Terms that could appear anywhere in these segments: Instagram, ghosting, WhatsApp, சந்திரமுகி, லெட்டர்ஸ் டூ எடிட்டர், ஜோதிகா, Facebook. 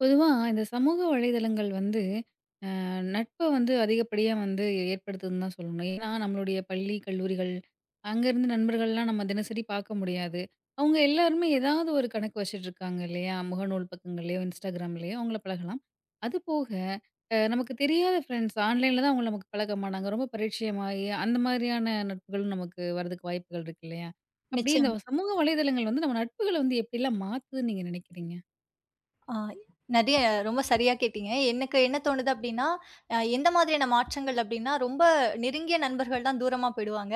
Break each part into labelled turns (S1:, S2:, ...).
S1: பொதுவா இந்த சமூக வலைதளங்கள் வந்து அ, நட்ப வந்து அதிகப்படியா வந்து ஏற்படுத்துதுன்னு தான் சொல்லணும். ஏன்னா, நம்மளுடைய பள்ளி, கல்லூரிகள் அங்கருந்து நண்பர்கள்லாம் நம்ம தினசரி பார்க்க முடியாது. அவங்க எல்லாருமே ஏதாவது ஒரு கணக்கு வச்சுட்ருக்காங்க இல்லையா? முகநூல் பக்கங்கள்லயோ, இன்ஸ்டாகிராம்லயோ அவங்கள பழகலாம். அது போக நமக்கு தெரியாத ஃப்ரெண்ட்ஸ் ஆன்லைன்ல தான் அவங்கள நமக்கு பழக்கமானாங்க. ரொம்ப பரிச்சயமாயி அந்த மாதிரியான நட்புகளும் நமக்கு வரதுக்கு வாய்ப்புகள் இருக்கு இல்லையா? அப்படி இந்த
S2: நிச்சயமா.
S1: சமூக வலைதளங்கள் வந்து நம்ம நட்புகள வந்து எப்படிலாம் மாத்துதுன்னு நீங்க நினைக்கிறீங்க?
S2: ஆ நெறைய ரொம்ப சரியா கேட்டீங்க. எனக்கு என்ன தோணுது அப்டின்னா, எந்த மாதிரியான மாற்றங்கள் அப்டின்னா, ரொம்ப நெருங்கிய நண்பர்கள் தான் தூரமா போயிடுவாங்க.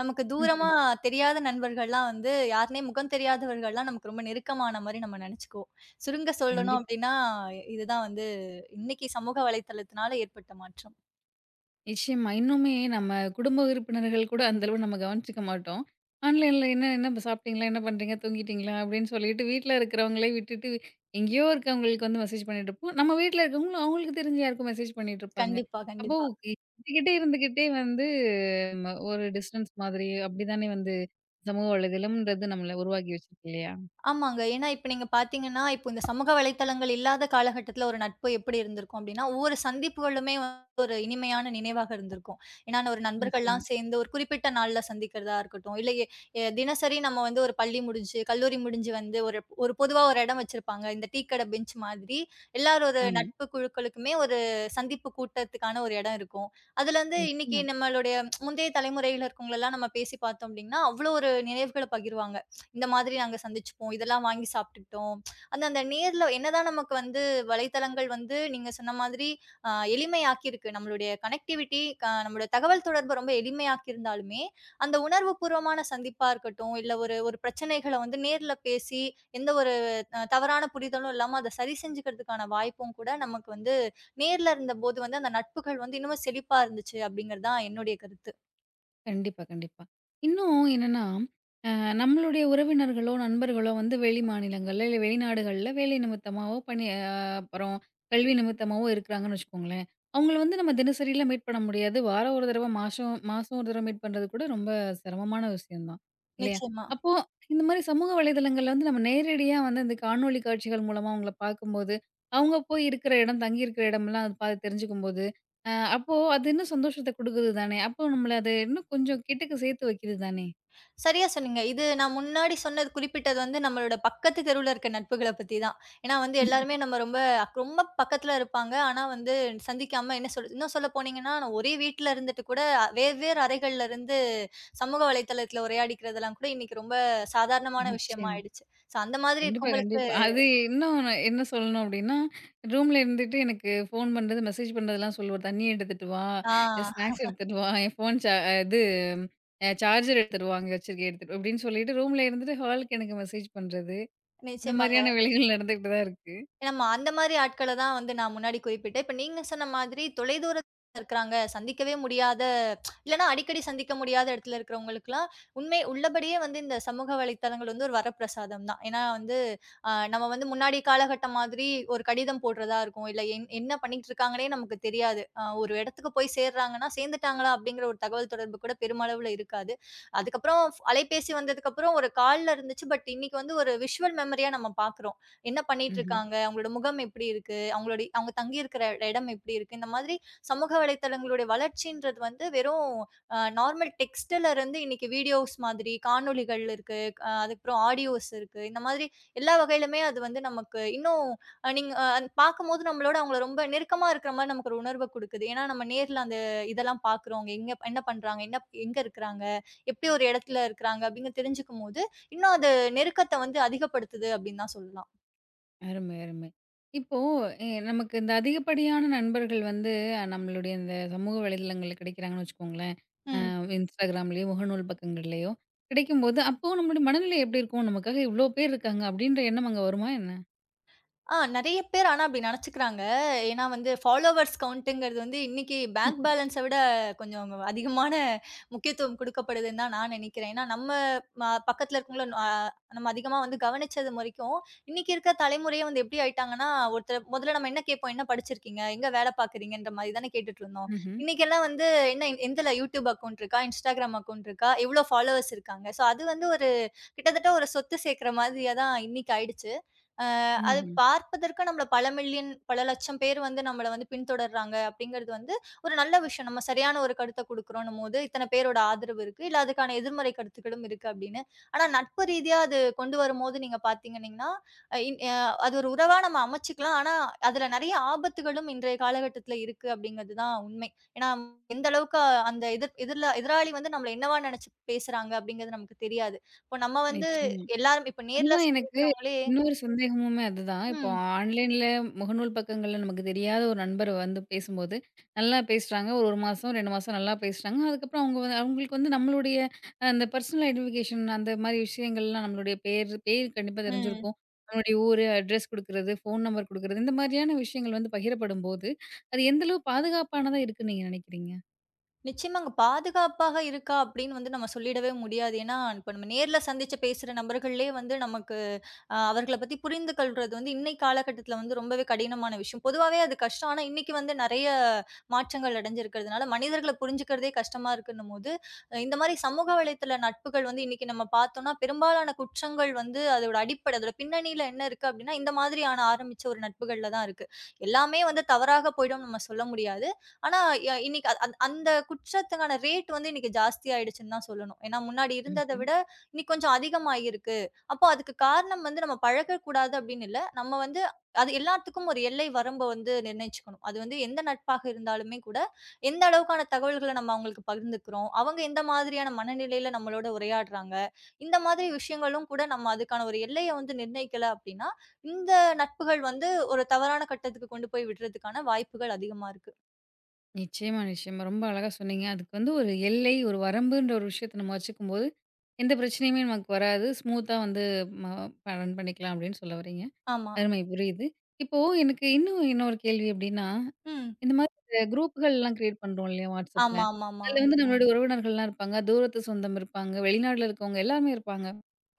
S2: நமக்கு தூரமா
S1: ம்ஹ்ம்.
S2: தெரியாத நண்பர்கள்லாம் வந்து யாருன்னே முகம் தெரியாதவர்கள்லாம் நமக்கு ரொம்ப நெருக்கமான மாரி நம்ம நெனச்சுக்குவோம். சுருங்க சொல்லணும்
S1: கண்டிப்பா.
S2: அப்டின்னா, இதுதான் வந்து இன்னைக்கு சமூக வலைத்தளத்தினால ஏற்பட்ட மாற்றம்.
S1: நிச்சயமா. இன்னுமே நம்ம குடும்ப உறுப்பினர்கள் கூட அந்த அளவு நம்ம கவனிச்சுக்க மாட்டோம். ஆன்லைன்ல என்ன என்ன இப்ப சாப்பிட்டீங்களா? என்ன பண்றீங்க? தூங்கிட்டீங்களா? அப்படின்னு சொல்லிட்டு வீட்ல இருக்கிறவங்களே விட்டுட்டு, எங்கேயோ இருக்கவங்களுக்கு வந்து மெசேஜ் பண்ணிட்டுருப்போம். நம்ம வீட்ல இருக்கவங்களும் அவங்களுக்கு தெரிஞ்ச யாருக்கும் மெசேஜ் பண்ணிட்டுருப்பாங்க.
S2: கண்டிப்பா,
S1: அப்போ
S2: கண்டிப்பா.
S1: இருந்துகிட்டே இருந்துகிட்டே வந்து ஒரு டிஸ்டன்ஸ் மாதிரி அப்படிதானே வந்து சமூக வலைதளம்ன்றது நம்மள உருவாக்கி வச்சிருக்கு இல்லையா?
S2: ஆமாங்க. ஏன்னா, இப்ப நீங்க பார்த்தீங்கன்னா, இப்போ இந்த சமூக வலைத்தளங்கள் இல்லாத காலகட்டத்தில ஒரு நட்பு எப்படி இருந்திருக்கும் அப்டின்னா, ஒவ்வொரு சந்திப்புகளுமே வந்து ஒரு இனிமையான நினைவாக இருந்திருக்கும். ஏன்னா, ஒரு
S1: நிச்சயமா.
S2: நண்பர்கள்லாம் சேர்ந்து ஒரு குறிப்பிட்ட நாள்ல சந்திக்கிறதா இருக்கட்டும், இல்ல எ எ தினசரி நம்ம வந்து ஒரு பள்ளி முடிஞ்சு, கல்லூரி முடிஞ்சு வந்து ஒரு ஒரு பொதுவா ஒரு இடம் வச்சிருப்பாங்க. இந்த டீ கடை பெஞ்ச் மாதிரி எல்லாரும் ஒரு
S1: ஆமா.
S2: நட்பு குழுக்களுக்குமே ஒரு சந்திப்பு கூட்டத்துக்கான ஒரு இடம் இருக்கும். அதுலருந்து இன்னைக்கு
S1: நிச்சயமா.
S2: நம்மளுடைய முந்தைய தலைமுறையில இருக்கவங்களலாம் நம்ம பேசி பார்த்தோம் அப்டின்னா, அவ்ளோ ஒரு நினைவுகள பகிர்வாங்க. இந்த மாதிரி நாங்க சந்திச்சுப்போம். இதெல்லாம் வாங்கி சாப்பிட்டுக்கிட்டோம். அந்த அந்த நேர்ல என்னதான் நமக்கு வந்து வலைத்தளங்கள் வந்து நீங்க சொன்ன மாதிரி அ எளிமையாக்கியிருக்கு. நம்மளுடைய கனெக்டிவிட்டி நம்மளுடைய தகவல் தொடர்பு ரொம்ப எளிமையாக்கியிருந்தாலுமே, அந்த உணர்வுபூர்வமான சந்திப்பா இருக்கட்டும், இல்ல ஒரு ஒரு பிரச்சனைகள வந்து நேர்ல பேசி, எந்த ஒரு தவறான புரிதலும் இல்லாம அத சரி செஞ்சுக்கிறதுக்கான வாய்ப்பும் கூட நமக்கு வந்து நேர்ல இருந்தபோது வந்து அந்த நட்புகள் வந்து இன்னமும் செழிப்பா இருந்துச்சு, அப்படிங்கிறது தான் என்னுடைய கருத்து.
S1: கண்டிப்பா, கண்டிப்பா. இன்னும் என்னன்னா, அ நம்மளுடைய உறவினர்களோ, நண்பர்களோ வந்து வெளி மாநிலங்கள்ல, இல்ல வெளிநாடுகள்ல வேலை நிமித்தமாவோ, பணி அப்புறம் கல்வி நிமித்தமாவோ இருக்கிறாங்கன்னு வச்சுக்கோங்களேன். அவங்கள வந்து நம்ம தினசரிலாம் மீட் பண்ண முடியாது. வாரம் ஒரு தடவ, மாசம் மாசம் ஒரு தடவ மீட் பண்றது கூட ரொம்ப சிரமமான விஷயம் தான். இல்லையா?
S2: நிச்சயமா.
S1: அப்போ இந்த மாரி சமூக வலைதளங்கள்ல வந்து நம்ம நேரடியா வந்து இந்த காணொளி காட்சிகள் மூலமா அவங்கள பார்க்கும்போது, அவங்க போய் இருக்கிற இடம், தங்கியிருக்கிற இடம்லாம் அது பார்த்து தெரிஞ்சுக்கும்போது அப்போ அது இன்னும் சந்தோஷத்த குடுக்குது தானே! அப்போ நம்மள அது இன்னும் கொஞ்சம் கிட்டக்க சேர்த்து வைக்குது தானே!
S2: சரியா சொன்னீங்க. இது நான் முன்னாடி சொன்னது குறிப்பிட்டது வந்து நம்மளோட பக்கத்து தெருவுல இருக்க நட்புகள பத்தி தான். ஏன்னா வந்து ம். எல்லாருமே நம்ம ரொம்ப ரொம்ப பக்கத்துல இருப்பாங்க. ஆனா வந்து சந்திக்காம என்ன சொல்றது இன்னும் சொல்ல போனீங்கன்னா, நான் ஒரே வீட்ல இருந்துட்டு கூட வெவ்வேறு அறைகள்ல இருந்து சமூக வலைத்தளத்துல உரையாடிக்கிறதெல்லாம் கூட இன்னைக்கு ரொம்ப சாதாரணமான விஷயமா
S1: நிச்சயமா.
S2: ஆயிடுச்சு. ஸோ அந்த மாதிரி ம்.
S1: கண்டிப்பா,
S2: இருக்கவங்களுக்கு
S1: கண்டிப்பா. அது இன்னும் நான் என்ன சொல்லணும் அப்டின்னா, ரூம்ல இருந்துட்டு எனக்கு ஃபோன் பண்றது, மெசேஜ் பண்றதெல்லாம் சொல்லுவாரு. "தண்ணி எடுத்துட்டு வா,
S2: ஆ
S1: இல்ல ஸ்நாக்ஸ் எடுத்துட்டு வா, என் ஃபோன் சா இது அ சார்ஜர் எடுத்துட்டு வா, அங்க வச்சிருக்கேன் எடுத்துட்டு" அப்டின்னு சொல்லிட்டு ரூம்ல இருந்துட்டு ஹாலுக்கு எனக்கு மெசேஜ் பண்றது. இந்த
S2: நிச்சயமாங்க.
S1: மாரியான வேலைகள் நடந்துகிட்டு தான் இருக்கு.
S2: நம்ம அந்த மாரி ஆட்கள தான் வந்து நான் முன்னாடி குறிப்பிட்டேன். இப்ப நீங்க சொன்ன மாதிரி தொலைதூரத்துல இருக்கிறாங்க, சந்திக்கவே முடியாத இல்லன்னா அடிக்கடி சந்திக்க முடியாத இடத்துல இருக்கிறவங்களுக்குலாம், உண்மை உள்ளபடியே வந்து இந்த சமூக வலைத்தளங்கள் வந்து ஒரு வரப்பிரசாதம் தான். ஏன்னா வந்து, நம்ம வந்து முன்னாடி காலகட்டம் மாதிரி ஒரு கடிதம் போடுறதா இருக்கும். இல்ல என்ன பண்ணிட்டு இருக்காங்கன்னே நமக்கு தெரியாது. ஒரு இடத்துக்கு போய் சேர்றாங்கன்னா, "சேர்ந்துட்டாங்களா?" அப்படிங்கிற ஒரு தகவல் தொடர்பு கூட பெருமளவுல இருக்காது. அதுக்கப்புறம் அலைபேசி வந்ததுக்கப்புறம் ஒரு கால்ல இருந்துச்சு. பட் இன்னைக்கு வந்து ஒரு விஷுவல் மெமரியா நம்ம பார்க்குறோம். என்ன பண்ணிட்டு
S1: ம்ஹ்ம்.
S2: இருக்காங்க? அவங்களோட முகம் எப்படி இருக்கு? அவங்களோட அவங்க தங்கி இருக்கிற இடம் எப்படி இருக்கு? இந்த மாதிரி சமூக வலைத்தளங்களுடைய வளர்ச்சின்றது வந்து வெறும் நார்மல் டெக்ஸ்ட்ல இருந்து இன்னைக்கு வீடியோஸ் மாதிரி காணொளிகள் இருக்கு. அதுக்கப்புறம் ஆடியோஸ் இருக்கு. இந்த மாதிரி எல்லா வகையிலுமே அது வந்து நமக்கு இன்னும் நீங்க பார்க்கும்போது நம்மளோட அவங்கள ரொம்ப நெருக்கமா இருக்கிற மாரி நமக்கு ஒரு உணர்வ குடுக்குது. ஏன்னா நம்ம நேர்ல அந்த இதெல்லாம் பார்க்குறோம். அவங்க எங்க என்ன பண்றாங்க? எங்க இருக்கிறாங்க? எப்படி ஒரு இடத்துல இருக்கிறாங்க? அப்படின்னு தெரிஞ்சுக்கும்போது, இன்னும் அது நெருக்கத்த வந்து அதிகப்படுத்துது அப்படின்னு தான் சொல்லலாம்.
S1: அருமை, அருமை. இப்போ நமக்கு இந்த அதிகப்படியான நண்பர்கள் வந்து நம்மளுடைய இந்த சமூக வலைதளங்கள்ல கிடைக்கிறாங்கன்னு வச்சுக்கோங்களேன். அ
S2: ம்.
S1: இன்ஸ்டாகிராம்லயோ, முகநூல் பக்கங்கள்லயோ கிடைக்கும்போது, அப்போ நம்மளுடைய மனநிலை எப்படி இருக்கும்? நமக்காக இவ்ளோ பேர் இருக்காங்க, அப்படின்ற எண்ணம் அங்க வருமா என்ன?
S2: நெறைய பேர் ஆனா அப்படி நெனச்சுக்கிறாங்க. ஏன்னா வந்து ஃபாலோவர்ஸ் கவுண்ட்ங்கிறது வந்து இன்னைக்கு பேங்க் பேலன்ஸ விட கொஞ்சம் அதிகமான முக்கியத்துவம் குடுக்கப்படுதுன்னு தான் நான் நெனைக்கிறேன். ஏன்னா நம்ம பக்கத்துல இருக்கவங்கள நம்ம அதிகமா வந்து கவனிச்சது வரைக்கும், இன்னைக்கு இருக்க தலைமுறையே வந்து எப்படி ஆயிட்டாங்கன்னா, ஒருத்தர முதல்ல நம்ம என்ன கேட்போம்? என்ன படிச்சிருக்கீங்க? எங்க வேலை பார்க்குறீங்கன்ற மாரி தானே கேட்டுட்டுருந்தோம்.
S1: ம்ஹ்ம்.
S2: இன்னைக்கெல்லாம் வந்து என்ன எந்தல YouTube அக்கவுண்ட் இருக்கா? Instagram அக்கவுண்ட் இருக்கா? எவ்வளோ ஃபாலோவர்ஸ் இருக்காங்க? ஸோ அது வந்து ஒரு கிட்டத்தட்ட ஒரு சொத்து சேர்க்கிற மாதிரியா தான் இன்னைக்கு ஆயிடுச்சு. அது
S1: ம்ஹ்ம்.
S2: பார்ப்பதற்கு நம்மள பல மில்லியன், பல லட்சம் பேர் வந்து நம்மள வந்து பின்தொடர்றாங்க அப்படிங்கிறது வந்து ஒரு நல்ல விஷயம். நம்ம சரியான ஒரு கருத்த குடுக்குறோன்னும் போது, இத்தன பேரோட ஆதரவு இருக்கு. இல்ல அதுக்கான எதிர்மறை கருத்துக்களும் இருக்கு அப்படின்னு. ஆனா நட்பு ரீதியா அது கொண்டு வரும்போது நீங்க பார்த்தீங்கன்னீங்கன்னா, அ இன் அ அது ஒரு உறவா நம்ம அமைச்சுக்கலாம். ஆனா அதுல நெறைய ஆபத்துகளும் இன்றைய காலகட்டத்துல இருக்கு அப்படிங்கிறது தான் உண்மை. ஏன்னா எந்த அளவுக்கு அந்த எதிர்ல எதிராளி வந்து நம்மள என்னவா நெனச்சு பேசுறாங்க அப்படிங்கிறது நமக்கு தெரியாது. இப்போ நம்ம வந்து
S1: நிச்சயமா.
S2: எல்லாரும் இப்ப நேர்ல
S1: அதுதான் எனக்கு
S2: சந்திக்கிறவங்களே
S1: இன்னொரு சந்தேகமுமே அதுதான். இப்போ
S2: ம்.
S1: ஆன்லைன்ல முகநூல் பக்கங்கள்ல நமக்கு தெரியாத ஒரு நண்பர் வந்து பேசும்போது, நல்லா பேசுறாங்க. ஒரு 1 மாசம், 2 மாசம் நல்லா பேசுறாங்க. அதுக்கப்புறம் அவங்களுக்கு வந்து நம்மளுடைய அந்த பர்சனல் ஐடென்டிஃபிகேஷன் அந்த மாரி விஷயங்கள்லாம் நம்மளுடைய பேர் பேர் கண்டிப்பா
S2: ம்.
S1: தெரிஞ்சிருக்கும். நம்மளுடைய ஊரு, அட்ரஸ் குடுக்குறது, ஃபோன் நம்பர் குடுக்குறது, இந்த மாதிரியான விஷயங்கள் வந்து பகிரப்படும்போது, அது எந்த அளவு பாதுகாப்பானதா இருக்குன்னு நீங்க நினைக்கிறீங்க?
S2: நிச்சயமா அங்க பாதுகாப்பாக இருக்கா அப்படின்னு வந்து நம்ம சொல்லிடவே முடியாது. ஏன்னா, இப்ப நம்ம நேர்ல சந்திச்சு பேசுற நபர்கள்லயே வந்து நமக்கு அவர்கள பத்தி புரிந்து கொள்றது வந்து இன்னைய காலகட்டத்தில வந்து ரொம்பவே கடினமான விஷயம். பொதுவாவே அது கஷ்டம். ஆனா, இன்னைக்கு வந்து நெறைய மாற்றங்கள் அடைஞ்சிருக்கிறதுனால, மனிதர்கள புரிஞ்சுக்கிறதே கஷ்டமா இருக்குன்னும்போது, இந்த மாரி சமூக வலைத்தள நட்புகள் வந்து இன்னைக்கு நம்ம பார்த்தோம்னா, பெரும்பாலான குற்றங்கள் வந்து அதோட அடிப்படை, அதோட பின்னணியில என்ன இருக்கு அப்டின்னா, இந்த மாதிரியான ஆரம்பிச்ச ஒரு நட்புகள்ல தான் இருக்கு. எல்லாமே வந்து தவறாக போயிடும்னு நம்ம சொல்ல முடியாது. ஆனா, இன்னைக்கு அந்த குற்றத்துக்கான ரேட் வந்து இன்னைக்கு ஜாஸ்தியாயிடுச்சுன்னு தான் சொல்லணும். ஏன்னா, முன்னாடி இருந்தத
S1: ம்ஹ்ம்.
S2: விட இன்னைக்கு கொஞ்சம் அதிகமாயிருக்கு. அப்போ அதுக்கு காரணம் வந்து நம்ம பழகக்கூடாது அப்படின்னு இல்ல. நம்ம வந்து அது எல்லாத்துக்கும் ஒரு எல்லை வரம்ப வந்து நிர்ணயிச்சுக்கணும். அது வந்து எந்த நட்பாக இருந்தாலுமே கூட, எந்த அளவுக்கான தகவல்கள நம்ம அவங்களுக்கு பகிர்ந்துக்கிறோம், அவங்க எந்த மாதிரியான மனநிலையில நம்மளோட உரையாடுறாங்க, இந்த மாதிரி விஷயங்களும் கூட நம்ம அதுக்கான ஒரு எல்லைய வந்து நிர்ணயிக்கல அப்படின்னா, இந்த நட்புகள் வந்து ஒரு தவறான கட்டத்துக்கு கொண்டு போய் விடுறதுக்கான வாய்ப்புகள் அதிகமா இருக்கு.
S1: நிச்சயமா, நிச்சயமா. ரொம்ப அழகா சொன்னீங்க. அதுக்கு வந்து ஒரு எல்லை, ஒரு வரம்புன்ற ஒரு விஷயத்த நம்ம வச்சுக்கும்போது, எந்த பிரச்சனையுமே நமக்கு வராது. ஸ்மூத்தா வந்து ம ரன் பண்ணிக்கலாம் அப்படின்னு சொல்ல வர்றீங்க.
S2: ஆமா.
S1: அருமை! புரியுது. இப்போ எனக்கு இன்னும் இன்னொரு கேள்வி எப்படின்னா,
S2: ம்.
S1: இந்த மாதிரி இந்த குரூப்புகள்லாம் கிரியேட் பண்றோம் இல்லையா WhatsAppல.
S2: ஆமா, ஆமாமா.
S1: அதுல வந்து ஆமா. நம்மளுடைய உறவினர்கள்லாம் இருப்பாங்க. தூரத்து சொந்தம் இருப்பாங்க. வெளிநாட்ல இருக்கவங்க எல்லாருமே இருப்பாங்க.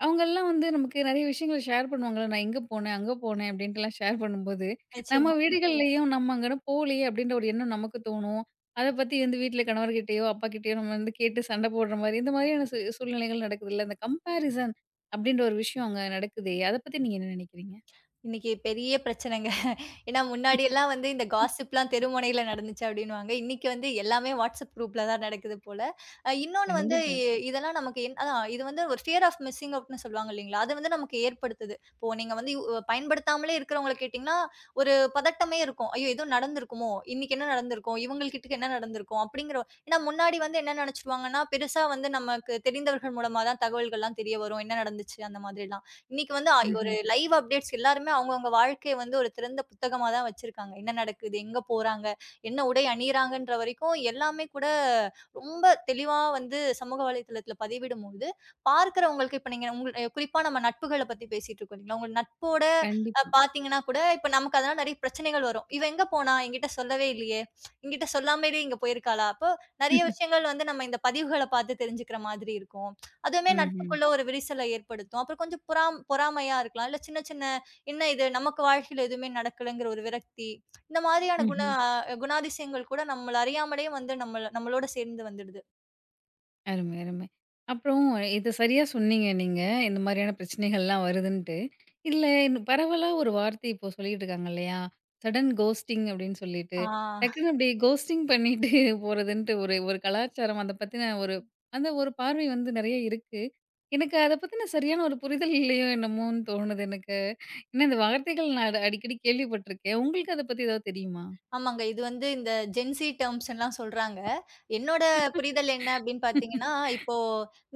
S1: அவங்கலாம் வந்து நமக்கு நெறைய விஷயங்கள் ஷேர் பண்ணுவாங்கல்ல. நான் இங்க போனேன், அங்க போனேன் அப்படின்ட்டுலாம் ஷேர் பண்ணும்போது, நம்ம
S2: நிச்சயமா.
S1: வீடுகள்லயும் நம்ம அங்கன போலயே அப்படின்ற ஒரு எண்ணம் நமக்கு தோணும். அத பத்தி வந்து வீட்ல கணவர்கிட்டயோ, அப்பாகிட்டயோ நம்ம வந்து கேட்டு சண்டை போடுற மாரி, இந்த மாதிரியான சூழ்நிலைகள் நடக்குதுல்ல. அந்த கம்பேரிசன் அப்படின்ற ஒரு விஷயம் அங்க நடக்குதே. அத பத்தி நீங்க என்ன நெனைக்கிறீங்க?
S2: இன்னைக்கு பெரிய பிரச்சனைங்க. ஏன்னா முன்னாடி எல்லாம் வந்து இந்த காசிப்லாம் தெருமுனையில நடந்துச்சு அப்டின்னுவாங்க. இன்னைக்கு வந்து எல்லாமே WhatsApp குரூப்ல தான் நடக்குது போல. இன்னொன்னு வந்து
S1: கண்டிப்பா.
S2: இதெல்லாம் நமக்கு அதான் இது வந்து ஒரு ஃபியர் ஆஃப் மிஸ்ஸிங் அவுட்ன்னு சொல்லுவாங்க இல்லைங்களா? அது வந்து நமக்கு ஏற்படுத்துது. இப்போ நீங்க வந்து பயன்படுத்தாமலே இருக்கிறவங்கள கேட்டீங்கன்னா, ஒரு பதட்டமே இருக்கும். ஐயோ! ஏதோ நடந்திருக்குமோ? இன்னைக்கு என்ன நடந்திருக்கும்? இவங்கள்கிட்ட என்ன நடந்திருக்கும்? அப்படிங்கிற ஏன்னா முன்னாடி வந்து என்ன நெனச்சுருவாங்கன்னா, பெருசா வந்து நமக்கு தெரிந்தவர்கள் மூலமா தான் தகவல்கள்லாம் தெரிய வரும். என்ன நடந்துச்சு அந்த மாதிரிலாம். இன்னைக்கு வந்து ஒரு
S1: ம்ஹ்ம்.
S2: லைவ் அப்டேட்ஸ் எல்லாருமே அவங்கவங்க வாழ்க்கைய வந்து ஒரு திறந்த புத்தகமா தான் வச்சிருக்காங்க. என்ன நடக்குது? எங்க போறாங்க? என்ன உடை அணியிறாங்கன்ற வரைக்கும் எல்லாமே கூட ரொம்ப தெளிவா வந்து சமூக வலைதளத்தில பதிவிடும்போது, பார்க்கிறவங்களுக்கு இப்ப நீங்க உங்க குறிப்பா நம்ம நட்புகள பத்தி பேசிட்டு இருக்கோம் இல்லைங்களா? உங்க நட்போட
S1: கண்டிப்பா.
S2: பார்த்தீங்கன்னா கூட, இப்ப நமக்கு அதனால நெறைய பிரச்சனைகள் வரும். "இவ எங்க போனா? என்கிட்ட சொல்லவே இல்லையே! என்கிட்ட சொல்லாமலே இங்க போயிருக்காளா?" அப்போ நெறைய விஷயங்கள் வந்து நம்ம இந்த பதிவுகள பார்த்து தெரிஞ்சுக்கிற மாதிரி இருக்கும். அதுவுமே
S1: ம்ஹ்ம்.
S2: நட்புக்குள்ள ஒரு விரிசலை ஏற்படுத்தும். அப்புறம் கொஞ்சம் பொறாமையா இருக்கலாம். இல்ல சின்ன சின்ன என்ன இது நமக்கு வாழ்க்கையில எதுவுமே நடக்கலங்கிற ஒரு விரக்தி. இந்த மாதிரியான
S1: ம்ஹ்ம்.
S2: குணாதிசயங்கள் கூட நம்மள அறியாமலே வந்து நம்மள நம்மளோட சேர்ந்து வந்துடுது.
S1: அருமை, அருமை. அப்புறம் இது சரியா சொன்னீங்க நீங்க. இந்த மாதிரியான பிரச்சனைகள்லாம் வருதுன்ட்டு. இதுல பரவலா ஒரு வார்த்தை இப்போ சொல்லிட்டு இருக்காங்க இல்லையா? சடன் கோஸ்டிங் அப்படின்னு சொல்லிட்டு,
S2: ஆ.
S1: டக்குனு அப்படி கோஸ்டிங் பண்ணிட்டு போறதுன்ட்டு ஒரு ஒரு கலாச்சாரம் அத பத்தின ஒரு அந்த ஒரு பார்வை வந்து நெறைய இருக்கு. எனக்கு அத பத்தின சரியான ஒரு புரிதல் இல்லையோ என்னமோன்னு தோணுது எனக்கு. ஏன்னா இந்த வார்த்தைகள் நான் அடிக்கடி கேள்விப்பட்டுருக்கேன். உங்களுக்கு அத பத்தி ஏதாவது தெரியுமா?
S2: ஆமாங்க. இது வந்து இந்த ஜென்சி டெர்ம்ஸ் எல்லாம் சொல்றாங்க. என்னோட புரிதல் என்ன
S1: ஆமா.
S2: அப்படின்னு பார்த்தீங்கன்னா, இப்போ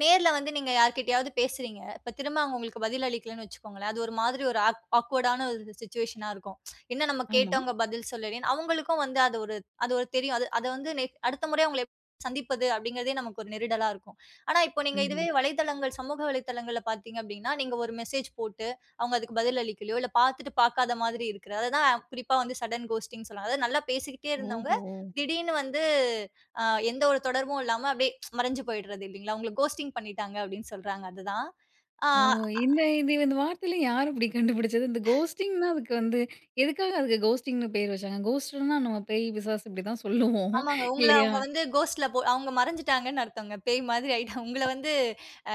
S2: நேர்ல வந்து நீங்க யார்கிட்டயாவது பேசுறீங்க. இப்ப திரும்ப அவங்க உங்களுக்கு பதில் அளிக்கலன்னு வச்சுக்கோங்களேன். அது ஒரு மாதிரி ஒரு ஆக்வர்டான ஒரு சிச்சுவேஷனா இருக்கும். என்ன நம்ம கேட்டவங்க பதில் சொல்லலேன்னு அவங்களுக்கும் வந்து அது ஒரு தெரியும். அத வந்து அடுத்த முறை அவங்கள சந்திப்பது அப்படிங்கிறதே நமக்கு ஒரு நெருடலா இருக்கும். ஆனா இப்போ நீங்க இதுவே
S1: ம்ஹ்ம்.
S2: சமூக வலைதளங்கள்ல பார்த்தீங்க அப்படின்னா, நீங்க ஒரு மெசேஜ் போட்டு அவங்க அதுக்கு பதில் அளிக்கலையோ, இல்ல பார்த்துட்டு பார்க்காத மாதிரி இருக்கிறது. அததான் குறிப்பா வந்து சடன் கோஸ்டிங்ன்னு சொல்லுவாங்க. அதாவது நல்லா பேசிக்கிட்டே இருந்தவங்க,
S1: ஓஹோ!
S2: திடீர்னு வந்து அ எந்த ஒரு தொடர்பும் இல்லாம அப்படியே மறைஞ்சு போயிடுறது இல்லைங்களா? உங்கள கோஸ்டிங் பண்ணிட்டாங்க அப்படின்னு சொல்றாங்க அதுதான். ஆ
S1: ஓ! இந்த வார்த்தையில யார் அப்படி கண்டுபிடிச்சது? இந்த கோஸ்டிங்னா அதுக்கு வந்து எதுக்காக அதுக்கு கோஸ்டிங்ன்னு பேர் வச்சாங்க? கோஸ்ட்ன்னா நம்ம பேய், பிசாசு இப்படிதான் சொல்லுவோம்
S2: ஆமாங்க. உங்கள
S1: இல்லையா?
S2: அவங்க வந்து கோஸ்ட்ல போ அவங்க மறைஞ்சுட்டாங்கன்னு அர்த்தங்க. பேய் மாதிரி ஆயிட்டாங்க. உங்கள வந்து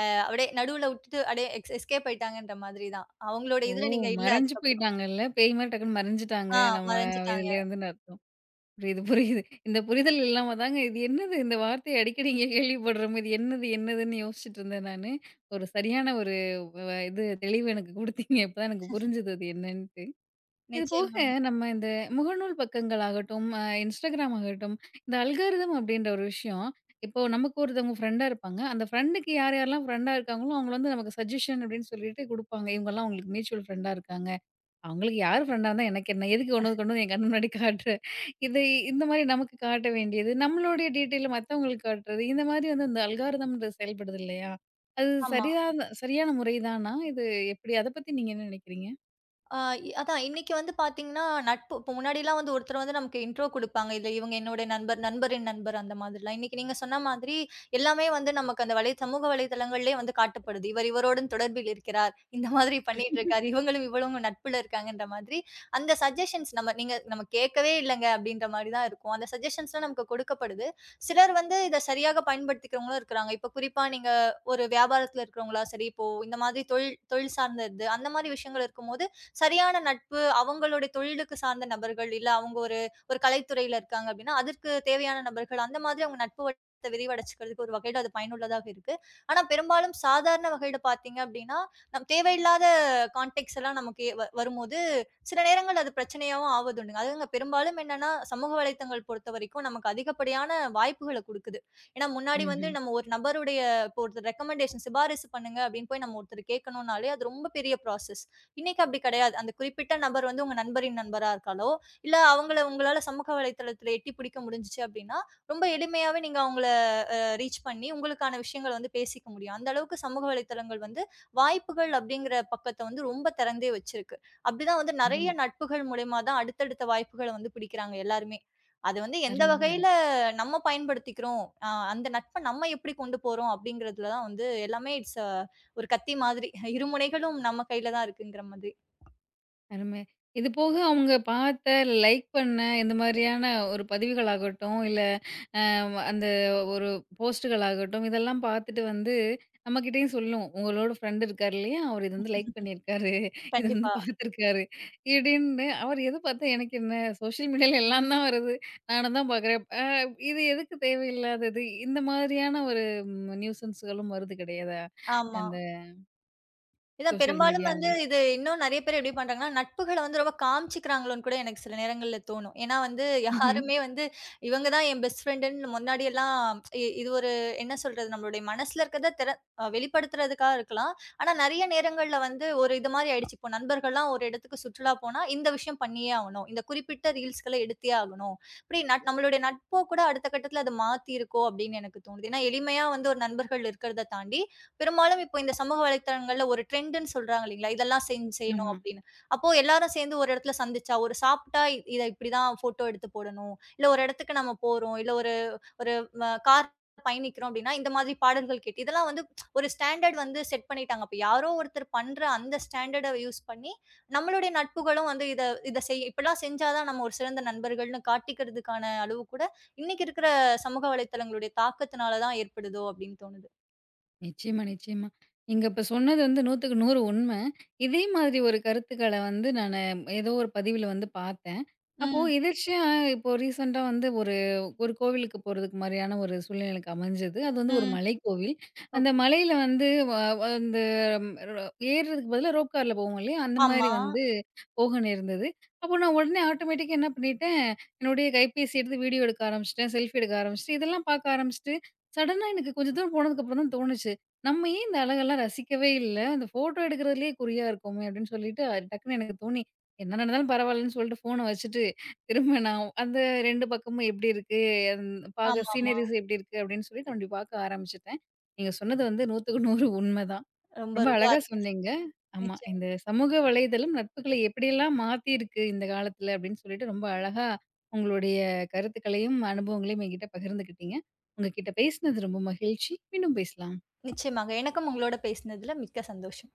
S2: அப்படியே நடுவுல விட்டுட்டு அப்படியே எஸ்கேப் ஆயிட்டாங்கன்ற மாதிரி தான். அவங்களோட
S1: ஓ!
S2: இதுல நீங்க இல்ல
S1: மறைஞ்சு
S2: அதுக்கப்புறம்.
S1: போயிட்டாங்கல்ல. பேய் மாரி டக்குன்னு மறைஞ்சுட்டாங்க.
S2: ஆ
S1: நம்ம
S2: மறைஞ்சுட்டாங்க.
S1: இதுலேருந்துன்னு அர்த்தம். புரியுது, புரியுது. இந்த புரிதல் இல்லாம தாங்க இது என்னது இந்த வார்த்தைய அடிக்கடி இங்க கேள்விப்படுறோம். இது என்னது, என்னதுன்னு யோசிச்சுட்டு இருந்தேன் நானு. ஒரு சரியான ஒரு இது தெளிவு எனக்கு குடுத்தீங்க. இப்ப தான் எனக்கு புரிஞ்சுது அது என்னன்ட்டு. இது போக
S2: நிச்சயமாங்க.
S1: நம்ம இந்த முகநூல் பக்கங்கள் ஆகட்டும், Instagram ஆகட்டும், இந்த அல்காரிதம் அப்படின்ற ஒரு விஷயம், இப்போ நமக்கு ஒருத்தவங்க ஃப்ரெண்டா இருப்பாங்க. அந்த ஃப்ரெண்டுக்கு யார் யாரெல்லாம் ஃப்ரெண்டா இருக்காங்களோ, அவங்கள வந்து நமக்கு சஜஷன் அப்படின்னு சொல்லிட்டு குடுப்பாங்க. இவங்கலாம் உங்களுக்கு மியூச்சுவல் ஃப்ரெண்டா இருக்காங்க. அவங்களுக்கு யார் ஃப்ரெண்டா இருந்தா எனக்கு என்ன? எதுக்கு ஒன்னது கொண்டு வந்து என் கண்ணு முன்னாடி காட்டுற? இது இந்த மாரி நமக்கு காட்ட வேண்டியது, நம்மளுடைய டீட்டெயில மத்தவங்களுக்கு காட்டுறது, இந்த மாரி வந்து இந்த அல்காரிதம்ன்றது செயல்படுது இல்லையா? அது
S2: ஆமா.
S1: சரியான சரியான முறை தானா? இது எப்படி? அத பத்தி நீங்க என்ன நினைக்கிறீங்க?
S2: ஆ இ அதான் இன்னைக்கு வந்து பார்த்தீங்கன்னா, நட்பு இப்போ முன்னாடிலாம் வந்து ஒருத்தர் வந்து நமக்கு இன்ட்ரோ குடுப்பாங்க. இல்ல இவங்க என்னோட நண்பர், நண்பரின் நண்பர் அந்த மாதிரிலாம். இன்னைக்கு நீங்க சொன்ன மாதிரி எல்லாமே வந்து நமக்கு அந்த சமூக வலைதளங்கள்லயே வந்து காட்டப்படுது. இவர் இவருடன் தொடர்பில் இருக்கிறார். இந்த மாதிரி பண்ணிட்டுருக்காரு. இவங்களும் இவளும் நட்புல இருக்காங்கன்ற மாதிரி, அந்த சஜஷன்ஸ் நம்ம கேட்கவே இல்லங்க அப்படின்ற மாரி தான் இருக்கும். அந்த சஜஷன்ஸ்லாம் நமக்கு கொடுக்கப்படுது. சிலர் வந்து இத சரியாக பயன்படுத்திக்கிறவங்களும் இருக்கிறாங்க. இப்போ குறிப்பா நீங்க ஒரு வியாபாரத்துல இருக்கிறவங்களா சரி, இப்போ இந்த மாதிரி தொழில் தொழில் சார்ந்த இது அந்த மாதிரி விஷயங்கள் இருக்கும்போது, சரியான நட்பு, அவங்களுடைய தொழிலுக்கு சார்ந்த நபர்கள், இல்ல அவங்க ஒரு ஒரு கலைத்துறையில இருக்காங்க அப்டின்னா, அதற்கு தேவையான நபர்கள், அந்த மாதிரி அவங்க நட்பு வட்டத்த விரிவடைச்சுக்கிறதுக்கு ஒரு வகையில அது பயனுள்ளதாக இருக்கு. ஆனா, பெரும்பாலும் சாதாரண வகையில பார்த்தீங்க அப்டின்னா, நம் தேவையில்லாத கான்டெக்ட்ஸ் எல்லாம் நமக்கு வரும்போது, சில நேரங்கள்ல அது பிரச்சனையாவும் ஆவதுண்டுங்க. அதுங்க பெரும்பாலும் என்னன்னா, சமூக வலைத்தளங்கள் பொறுத்தவரைக்கும் நமக்கு அதிகப்படியான வாய்ப்புகள குடுக்குது. ஏன்னா, முன்னாடி வந்து
S1: ம்ஹ்ம்.
S2: நம்ம ஒரு நபருடைய இப்போ ஒருத்தர் ரெக்கமெண்டேஷன் சிபாரிசு பண்ணுங்க அப்டின்னு போய் நம்ம ஒருத்தர கேட்கணும்னாலே, அது ரொம்ப பெரிய ப்ராசஸ். இன்னைக்கு அப்படி கிடையாது. அந்த குறிப்பிட்ட நபர் வந்து உங்க நண்பரின் நண்பரா இருக்காலோ, இல்ல அவங்கள உங்களால சமூக வலைதளத்தில எட்டி பிடிக்க முடிஞ்சுச்சு அப்படின்னா, ரொம்ப எளிமையாவே நீங்க அவங்கள ரீச் பண்ணி உங்களுக்கான விஷயங்கள வந்து பேசிக்க முடியும். அந்த அளவுக்கு சமூக வலைதளங்கள் வந்து வாய்ப்புகள் அப்படிங்கிற பக்கத்த வந்து ரொம்ப திறந்தே வச்சிருக்கு. அப்படிதான் வந்து நெறைய
S1: அருமை,
S2: நட்புகள் மூலியமா தான் அடுத்தடுத்த வாய்ப்புகள வந்து பிடிக்கிறாங்க எல்லாருமே. அது வந்து எந்த
S1: அருமைங்க.
S2: வகையில நம்ம பயன்படுத்திக்கிறோம், அந்த நட்ப நம்ம எப்படி கொண்டு போறோம் அப்படிங்கிறதுல தான் வந்து எல்லாமே இட்ஸ் அ ஒரு கத்தி மாதிரி. இருமுனைகளும் நம்ம கையில தான் இருக்குங்கிற மாதிரி.
S1: அருமை. இது போக அவங்க பார்த்த, லைக் பண்ண இந்த மாதிரியான ஒரு பதிவுகள் ஆகட்டும், இல்ல அந்த ஒரு போஸ்ட்டுகள் ஆகட்டும், இதெல்லாம் பார்த்துட்டு வந்து நம்மகிட்டயும் சொல்லும். உங்களோட ஃப்ரெண்ட் இருக்காரு இல்லையா? அவரு இத வந்து லைக் பண்ணியிருக்காரு. இத வந்து
S2: கண்டிப்பா.
S1: பார்த்துருக்காரு. இப்டின்னு அவர் எத பார்த்தா எனக்கு என்ன? சோஷியல் மீடியால எல்லாம் தான் வருது. நானும் தான் பார்க்குறேன். இது எதுக்கு தேவையில்லாதது? இந்த மாதிரியான ஒரு நியூசன்ஸ்களும் வருது கிடையாதா?
S2: ஆமா.
S1: அந்த
S2: இதான்
S1: சோஷியல்
S2: பெரும்பாலும் வந்து
S1: மீடியால.
S2: இது இன்னும் நெறைய பேர் எப்படி பண்றாங்கன்னா, நட்புகள வந்து ரொம்ப காமிச்சுக்கிறாங்களோன்னு கூட எனக்கு சில நேரங்கள்ல தோணும். ஏன்னா வந்து
S1: ம்ஹ்ம்.
S2: யாருமே வந்து இவங்க தான் என் பெஸ்ட் ஃப்ரெண்டுன்னு முன்னாடியெல்லாம் இது ஒரு என்ன சொல்றது? நம்மளுடைய மனசுல இருக்கிறத திற அ வெளிப்படுத்துறதுக்கா இருக்கலாம். ஆனா நெறைய நேரங்கள்ல வந்து ஒரு இது மாரி ஆயிடுச்சு. இப்போ நண்பர்கள்லாம் ஒரு இடத்துக்கு சுற்றுலா போனா, இந்த விஷயம் பண்ணியே ஆவணும். இந்த குறிப்பிட்ட ரீல்ஸ்கள எடுத்தே ஆகணும். இப்படி நம்மளுடைய நட்போ கூட அடுத்த கட்டத்துல அது மாத்தியிருக்கோ! அப்படின்னு எனக்கு தோணுது. ஏன்னா எளிமையா வந்து ஒரு நண்பர்கள் இருக்கிறத தாண்டி, பெரும்பாலும் இப்போ இந்த சமூக வலைத்தளங்கள்ல ஒரு ட்ரெண்டுன்னு சொல்றாங்க இல்லைங்களா? இதெல்லாம் செய்யணும்
S1: ஆமா.
S2: அப்படின்னு. அப்போ எல்லாரும் சேர்ந்து ஒரு இடத்துல சந்திச்சா, ஒரு சாப்பிட்டா இத இப்படிதான் ஃபோட்டோ எடுத்து போடணும். இல்ல ஒரு இடத்துக்கு நம்ம போறோம். இல்ல ஒரு ஒரு வ கார் பயணிக்கிறோம் அப்படின்னா, இந்த மாதிரி பாடல்கள் கேட்டு இதெல்லாம் வந்து ஒரு ஸ்டாண்டர்ட் வந்து செட் பண்ணிட்டாங்க. அப்ப யாரோ ஒருத்தர் பண்ற அந்த ஸ்டாண்டர்ட யூஸ் பண்ணி, நம்மளுடைய நட்புகளும் வந்து இத இத செய் இப்படிலாம் செஞ்சா தான் நம்ம ஒரு சிறந்த நண்பர்கள்ன்னு காட்டிக்கிறதுக்கான அளவு கூட, இன்னைக்கு இருக்கிற சமூக வலைத்தளங்களுடைய தாக்கத்தினால தான் ஏற்படுதோ அப்படின்னு தோணுது.
S1: நிச்சயமா, நிச்சயமா. நீங்க இப்ப சொன்னது வந்து 100க்கு 100 உண்மை. இதே மாதிரி ஒரு கருத்துக்கள வந்து நானு ஏதோ ஒரு பதிவில வந்து பார்த்தேன். அப்போ
S2: ம்.
S1: எதிர்ச்சியா இப்போ ரீசென்ட்டா வந்து ஒரு ஒரு கோவிலுக்கு போறதுக்கு மாரியான ஒரு சூழ்நிலை எனக்கு அமைஞ்சது. அது வந்து ஒரு
S2: ம்.
S1: மலைக்கோவில். அந்த
S2: ஓகே.
S1: மலையில வந்து வ அந்த ர ஏறுறதுக்கு பதிலா ரோப் கார்ல போவோம் இல்லையா? அந்த மாரி
S2: ஆமா.
S1: வந்து போக நேர்ந்தது. அப்போ நான் உடனே ஆட்டோமேட்டிக்கா என்ன பண்ணிட்டேன், என்னுடைய கைபேசி எடுத்து வீடியோ எடுக்க ஆரம்பிச்சுட்டேன், செல்ஃபி எடுக்க ஆரம்பிச்சுட்டேன், இதெல்லாம் பார்க்க ஆரம்பிச்சுட்டு, சடனா எனக்கு கொஞ்சம் தூரம் போனதுக்கப்புறம் தான் தோணுச்சு. நம்ம ஏன் இந்த அழகெல்லாம் ரசிக்கவே இல்ல? இந்த ஃபோட்டோ எடுக்கிறதுலயே குறியா இருக்கோமே! அப்டின்னு சொல்லிட்டு, அது டக்குன்னு எனக்கு தோணி, என்ன நடந்தாலும் பரவாயில்லன்னு சொல்லிட்டு ஃபோன வச்சுட்டு, திரும்ப நான் அந்த 2 பக்கமும் எப்டி இருக்கு? அந் பாக்க
S2: ஆமாமா.
S1: சீனரீஸ் எப்டி இருக்கு? அப்டின்னு சொல்லிட்டு அப்டி பார்க்க ஆரம்பிச்சுட்டேன். நீங்க சொன்னது வந்து 100க்கு 100 உண்மதான்.
S2: ரொம்ப
S1: ரொம்ப
S2: ரொம்ப
S1: அழகா
S2: அரு
S1: சொன்னீங்க. ஆமா.
S2: நிச்சயமா
S1: இந்த சமூக வலைதளம் நட்புகள எப்படியெல்லாம் மாத்தியிருக்கு இந்த காலத்துல அப்டின்னு சொல்லிட்டு, ரொம்ப அழகா உங்களுடைய கருத்துக்களையும், அனுபவங்களையும் என்கிட்ட பகிர்ந்துக்கிட்டீங்க. உங்ககிட்ட பேசினது ரொம்ப மகிழ்ச்சி. மீண்டும் பேசலாம்.
S2: நிச்சயமாங்க. எனக்கும் உங்களோட பேசினதுல மிக்க சந்தோஷம்.